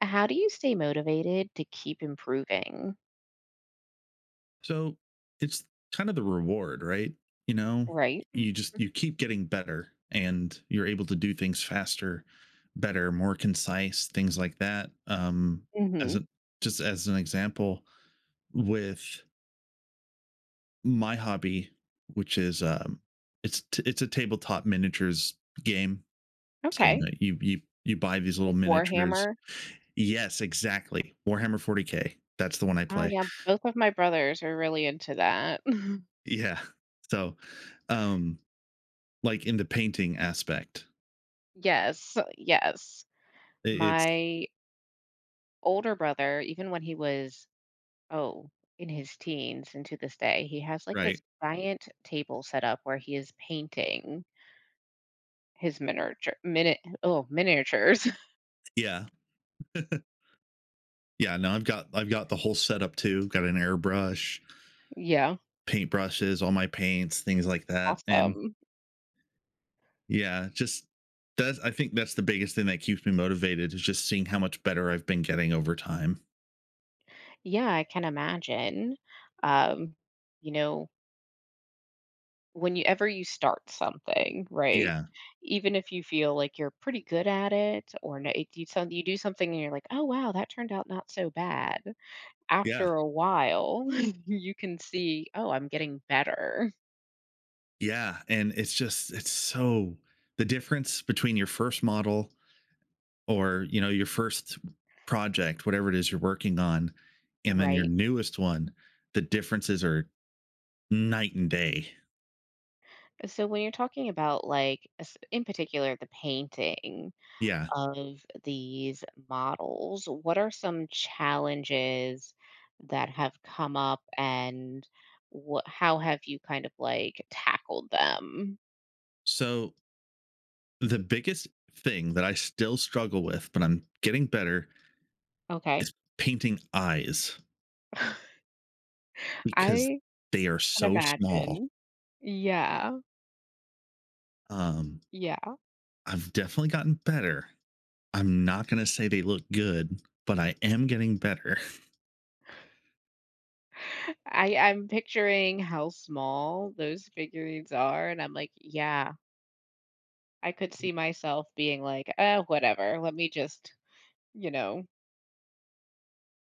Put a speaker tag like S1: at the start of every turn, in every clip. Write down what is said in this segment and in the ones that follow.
S1: How do you stay motivated to keep improving?
S2: So it's kind of the reward, right? You know,
S1: Right.
S2: you just you keep getting better and you're able to do things faster, better, more concise, things like that. As
S1: Mhm.
S2: a just as an example with my hobby, which is it's a tabletop miniatures game. Saying
S1: Okay.
S2: that you buy these little
S1: Like
S2: miniatures.
S1: Warhammer?
S2: Yes, exactly. Warhammer 40K. That's the one I
S1: Oh,
S2: play.
S1: yeah, both of my brothers are really into that.
S2: Yeah. So, um like in the painting aspect.
S1: Yes, yes.
S2: It's
S1: My older brother, even when he was, oh, in his teens and to this day, he has like
S2: right.
S1: this giant table set up where he is painting his miniature miniatures.
S2: Yeah. Yeah. No, I've got the whole setup too. Got an airbrush,
S1: Yeah,
S2: paint brushes, all my paints, things like that. And
S1: awesome.
S2: yeah, just that's I think that's the biggest thing that keeps me motivated is just seeing how much better I've been getting over time.
S1: Yeah, I can imagine. Um, you know, whenever you start something, right?
S2: Yeah.
S1: Even if you feel like you're pretty good at it, or no, it, you, some, you do something and you're like, oh, wow, that turned out not so bad.
S2: Yeah.
S1: After a while, you can see, oh, I'm getting better,
S2: Yeah. And it's so the difference between your first model, or you know your first project, whatever it is you're working on, and then your
S1: right?
S2: newest one, the differences are night and day.
S1: So when you're talking about, like, in particular, the painting
S2: Yeah,
S1: of these models, what are some challenges that have come up and what, how have you kind of like tackled them?
S2: so the biggest thing that I still struggle with, but I'm getting better, is
S1: Okay.
S2: painting eyes because
S1: I
S2: they are
S1: can
S2: so small.
S1: imagine. Yeah,
S2: um
S1: yeah.
S2: I've definitely gotten better. I'm not going to say they look good, but I am getting better.
S1: I'm picturing how small those figurines are, and I'm like, yeah, I could see myself being like, whatever, let me just, you know,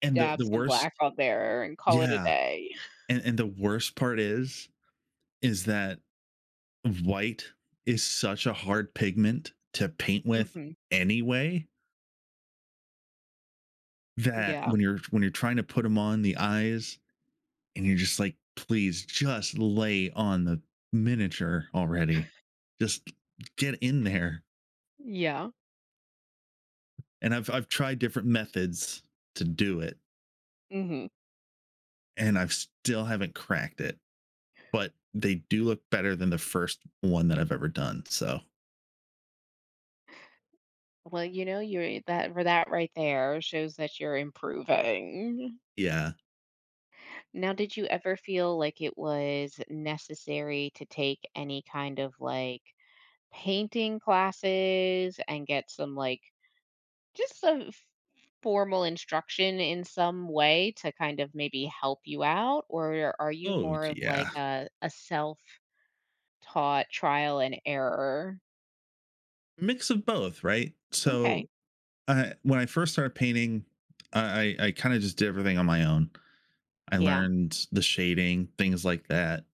S2: And
S1: dab
S2: the
S1: some black
S2: worst
S1: on there and call it a
S2: Yeah,
S1: day.
S2: and the worst part is that white is such a hard pigment to paint with
S1: Mhm.
S2: anyway, that
S1: Yeah.
S2: when you're trying to put them on the eyes, and you're just like, please just lay on the miniature already. Just get in there.
S1: Yeah.
S2: And I've tried different methods to do it,
S1: Mhm.
S2: and I've still haven't cracked it. But they do look better than the first one that I've ever done. So
S1: Well, you know, you're that for that right there shows that you're improving.
S2: yeah.
S1: Now, did you ever feel like it was necessary to take any kind of like painting classes and get some like just some formal instruction in some way to kind of maybe help you out? Or are you
S2: Oh
S1: more of
S2: yeah.
S1: like a self taught trial and error?
S2: Mix of both, right?
S1: Okay.
S2: So when I first started painting, I kind of just did everything on my own. I
S1: Yeah.
S2: learned the shading, things like that,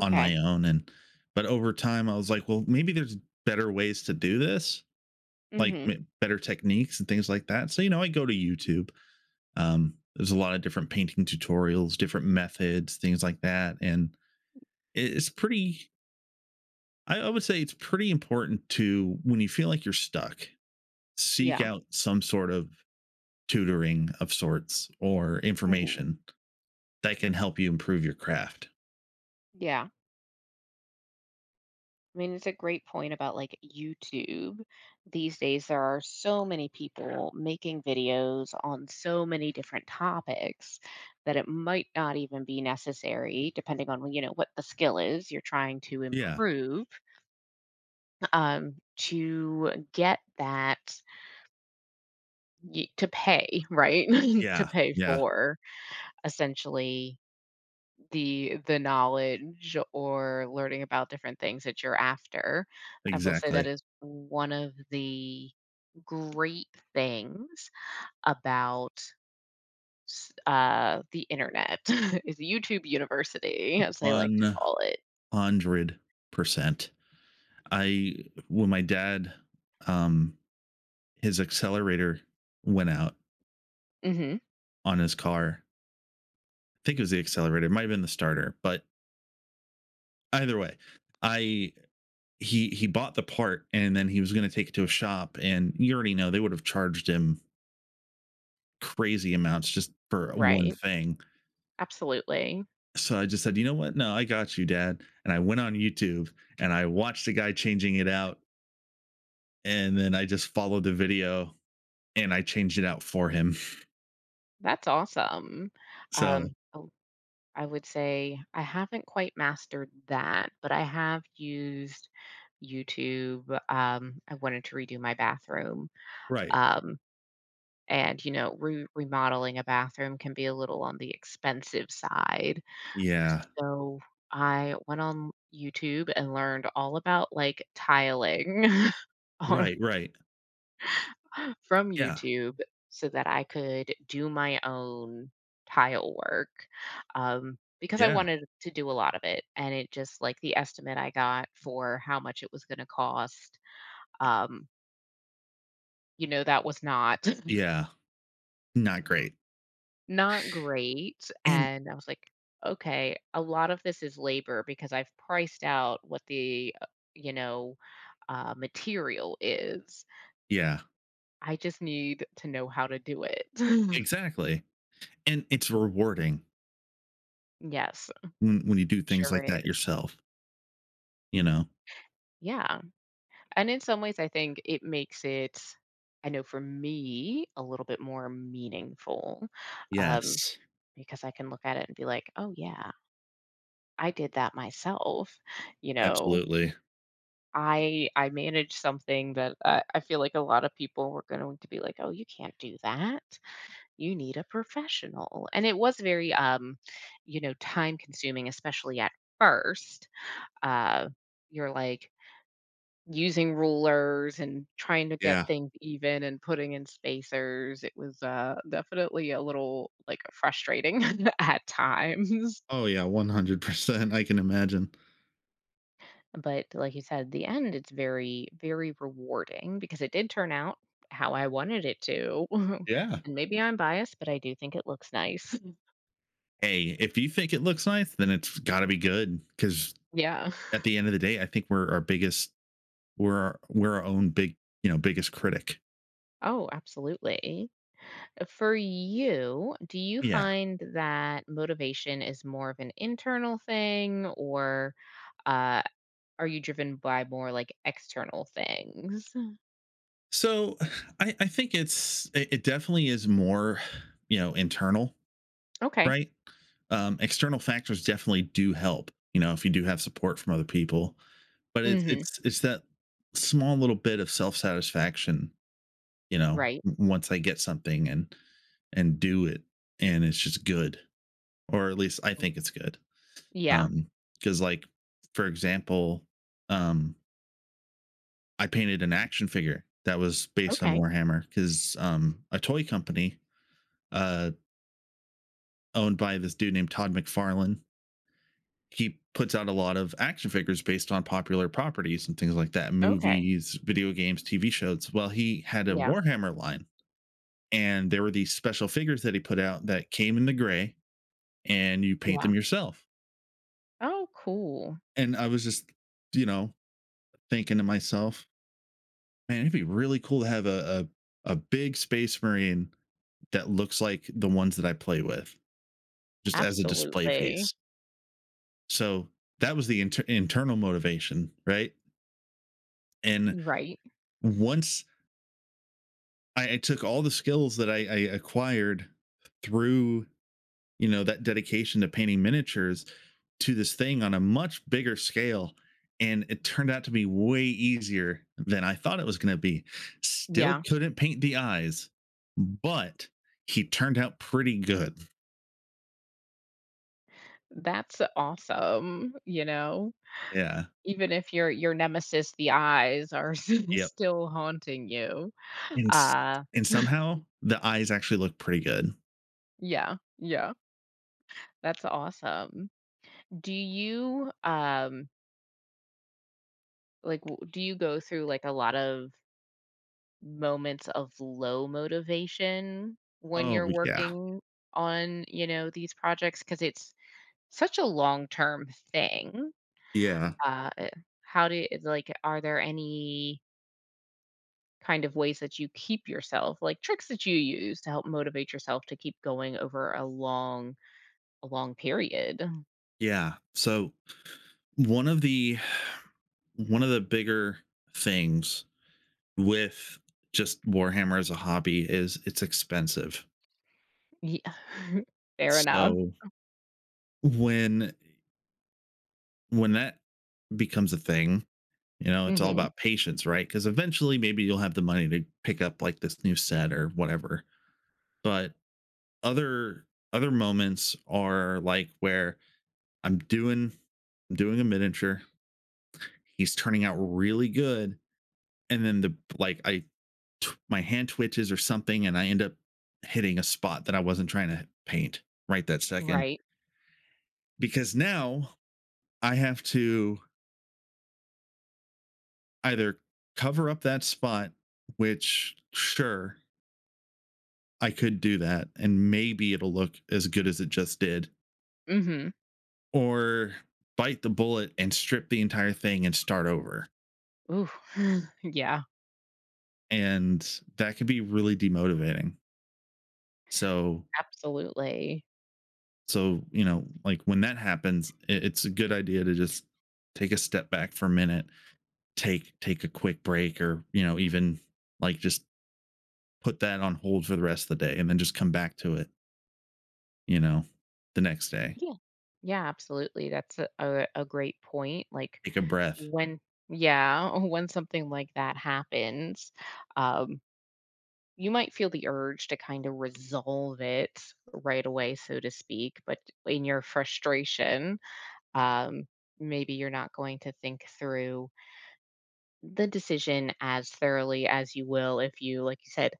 S2: on my own. And but over time I was like, well, maybe there's better ways to do this,
S1: Mm
S2: like
S1: hmm.
S2: better techniques and things like that. So, you know, I go to YouTube. There's a lot of different painting tutorials, different methods, things like that. And it- it's pretty I would say it's pretty important to, when you feel like you're stuck, seek
S1: Yeah.
S2: out some sort of tutoring of sorts or
S1: Mm hmm.
S2: information that can help you improve your craft.
S1: Yeah. I mean, it's a great point about like YouTube. These days, there are so many people making videos on so many different topics that it might not even be necessary, depending on, you know, what the skill is you're trying to
S2: Yeah.
S1: improve, to get that to pay, right? To
S2: Yeah.
S1: pay
S2: Yeah.
S1: for essentially the knowledge or learning about different things that you're after. I will say that
S2: Exactly.
S1: is one of the great things about the internet, is YouTube University, as they like to
S2: 100 one
S1: call it.
S2: hundred percent. I When my dad, um his accelerator went out
S1: Hmm.
S2: on his car. I think it was the accelerator, it might have been the starter, but either way, I he bought the part and then he was going to take it to a shop, and you already know they would have charged him crazy amounts just for one
S1: Right.
S2: thing.
S1: Absolutely.
S2: So I just said, "You know what? No, I got you, dad." And I went on YouTube and I watched the guy changing it out, and then I just followed the video and I changed it out for him.
S1: That's awesome.
S2: So
S1: Oh, I would say I haven't quite mastered that, but I have used YouTube. I wanted to redo my bathroom.
S2: right.
S1: Um, and, you know, remodeling a bathroom can be a little on the expensive side.
S2: Yeah.
S1: So I went on YouTube and learned all about like tiling on
S2: Right, right.
S1: from
S2: Yeah.
S1: YouTube so that I could do my own tile work. Because I
S2: Yeah.
S1: wanted to do a lot of it and it just like the estimate I got for how much it was going to cost, um, you know, that was not
S2: Yeah. Not great.
S1: not great,
S2: And
S1: and I was like, "Okay, a lot of this is labor because I've priced out what the, you know, material is.
S2: yeah,
S1: I just need to know how to do it."
S2: exactly. And it's rewarding
S1: Yes,
S2: when you do things
S1: sure
S2: like that
S1: is.
S2: yourself, you know?
S1: Yeah, and in some ways, I think it makes it, I know for me, a little bit more meaningful, um,
S2: Yes.
S1: because I can look at it and be like, "Oh, yeah, I did that myself," you know?
S2: Absolutely.
S1: I managed something that I feel like a lot of people were going to be like, "Oh, you can't do that. You need a professional." And it was very, you know, time consuming, especially at first. Uh, you're like using rulers and trying to get
S2: Yeah.
S1: things even and putting in spacers. It was definitely a little like frustrating at times.
S2: Oh, yeah, 100%. I can imagine.
S1: But like you said, the end, it's very, very rewarding because it did turn out how I wanted it to. And
S2: Yeah.
S1: maybe I'm biased, but I do think it looks nice.
S2: Hey, if you think it looks nice, then it's gotta be good. Because
S1: Yeah.
S2: at the end of the day, I think we're our own big, you know, biggest critic.
S1: Oh, absolutely. For you, do you
S2: Yeah.
S1: find that motivation is more of an internal thing or uh, are you driven by more like external things?
S2: So I think it it definitely is more, you know, internal,
S1: Okay.
S2: right? External factors definitely do help, you know, if you do have support from other people. But it's
S1: Hmm.
S2: it's it's that small little bit of self satisfaction, you know,
S1: Right.
S2: once I get something and do it, and it's just good. Or at least I think it's good.
S1: Yeah.
S2: Because like for example, um I painted an action figure that was based on
S1: Okay.
S2: Warhammer, because a toy company uh, owned by this dude named Todd McFarlane. He puts out a lot of action figures based on popular properties and things like that,
S1: Okay.
S2: movies, video games, TV shows. Well, he had a
S1: Yeah.
S2: Warhammer line, and there were these special figures that he put out that came in the gray, and you paint
S1: Yeah.
S2: them yourself.
S1: Oh, cool.
S2: And I was just, you know, thinking to myself, man, it'd be really cool to have a big Space Marine that looks like the ones that I play with, just as a display
S1: Absolutely.
S2: piece. So that was the internal motivation, right? And
S1: Right.
S2: once I took all the skills that I acquired through, you know, that dedication to painting miniatures, to this thing on a much bigger scale, and it turned out to be way easier than I thought it was going to be. Still
S1: Yeah.
S2: couldn't paint the eyes, but he turned out pretty good.
S1: That's awesome, you know?
S2: Yeah.
S1: Even if your nemesis, the eyes, are
S2: Yep.
S1: still haunting you.
S2: And s-
S1: Uh,
S2: and somehow the eyes actually look pretty good.
S1: yeah, yeah. That's awesome. Do you, like, w do you go through, like, a lot of moments of low motivation when you're
S2: Oh yeah.
S1: working on, you know, these projects because it's such a long-term thing.
S2: Yeah.
S1: Uh, eh, how do like, are there any kind of ways that you keep yourself, like tricks that you use to help motivate yourself to keep going over a long period.
S2: Yeah. So one of the one of the bigger things with just Warhammer as a hobby is it's expensive.
S1: Yeah. Fair enough.
S2: So when when that becomes a thing, you know, it's all
S1: Mhm.
S2: about patience, right? Because eventually maybe you'll have the money to pick up like this new set or whatever. But other other moments are like where I'm doing I'm doing a miniature, he's turning out really good, and then the like I t- my hand twitches or something, and I end up hitting a spot that I wasn't trying to paint right that second.
S1: Right.
S2: Because now I have to either cover up that spot, which sure I could do that, and maybe it'll look as good as it just did,
S1: Mhm.
S2: or bite the bullet and strip the entire thing and start over.
S1: Ooh. Yeah,
S2: And that could be really demotivating. So,
S1: absolutely.
S2: so you know, like when that happens, it's a good idea to just take a step back for a minute, take a quick break, or you know even like just put that on hold for the rest of the day and then just come back to it, you know, the next day.
S1: Yeah. Yeah, absolutely. That's a great point. Like
S2: Take a breath.
S1: when yeah, when something like that happens, um, you might feel the urge to kind of resolve it right away, so to speak, but in your frustration um, maybe you're not going to think through the decision as thoroughly as you will if you, like you said,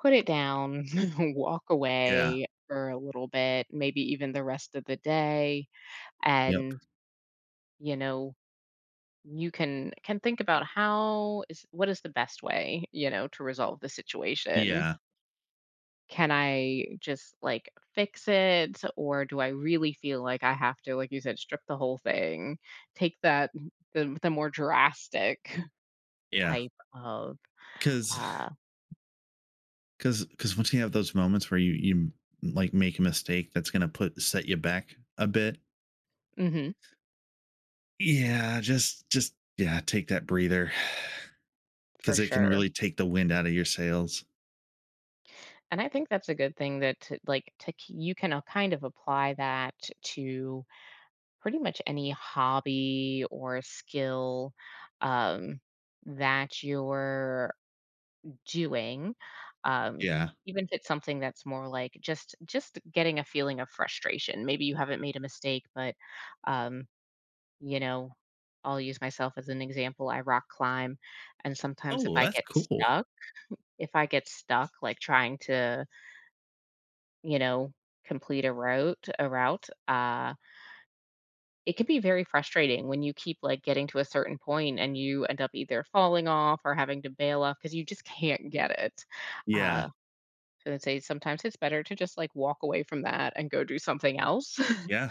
S1: put it down, walk
S2: Yeah.
S1: away for a little bit, maybe even the rest of the day,
S2: Yep.
S1: and you know you can think about how is what is the best way you know to resolve the situation.
S2: Yeah.
S1: Can I just, like, fix it, or do I really feel like I have to, like you said, strip the whole thing, take that the more drastic
S2: Yeah.
S1: type of,
S2: because
S1: uh
S2: because because once you have those moments where you like make a mistake that's gonna put set you back a bit,
S1: mhm,
S2: yeah, just yeah, take that breather.
S1: for
S2: Because it can
S1: sure.
S2: really take the wind out of your sails.
S1: And I think that's a good thing that to like, to k you can, kind of apply that to pretty much any hobby or skill, um, that you're doing, um,
S2: Yeah.
S1: even if it's something that's more like just getting a feeling of frustration. Maybe you haven't made a mistake, but um, you know, I'll use myself as an example. I rock climb, and sometimes if
S2: Oh,
S1: I
S2: that's
S1: get
S2: cool.
S1: stuck, if I get stuck like trying to, you know, complete a route, it can be very frustrating when you keep like getting to a certain point and you end up either falling off or having to bail off because you just can't get it.
S2: Yeah.
S1: Uh, And I'd say sometimes it's better to just, like, walk away from that and go do something else.
S2: Yeah.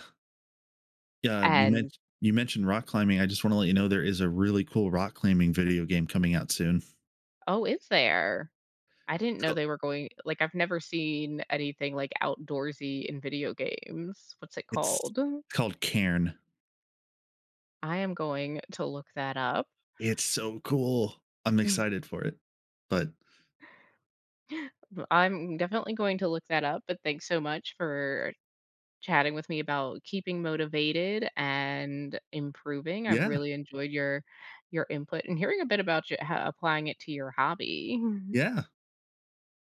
S2: Yeah, you
S1: And,
S2: mentioned you mentioned rock climbing. I just want to let you know there is a really cool rock climbing video game coming out soon.
S1: "Oh, is there? I didn't know
S2: Called,
S1: they were going" like, I've never seen anything, like, outdoorsy in video games. What's it
S2: it's
S1: called?
S2: called Cairn.
S1: I am going to look that up.
S2: It's so cool. I'm excited for it. But
S1: I'm definitely going to look that up, but thanks so much for chatting with me about keeping motivated and improving. I've
S2: yeah,
S1: really enjoyed your input and hearing a bit about you ho applying it to your hobby.
S2: yeah.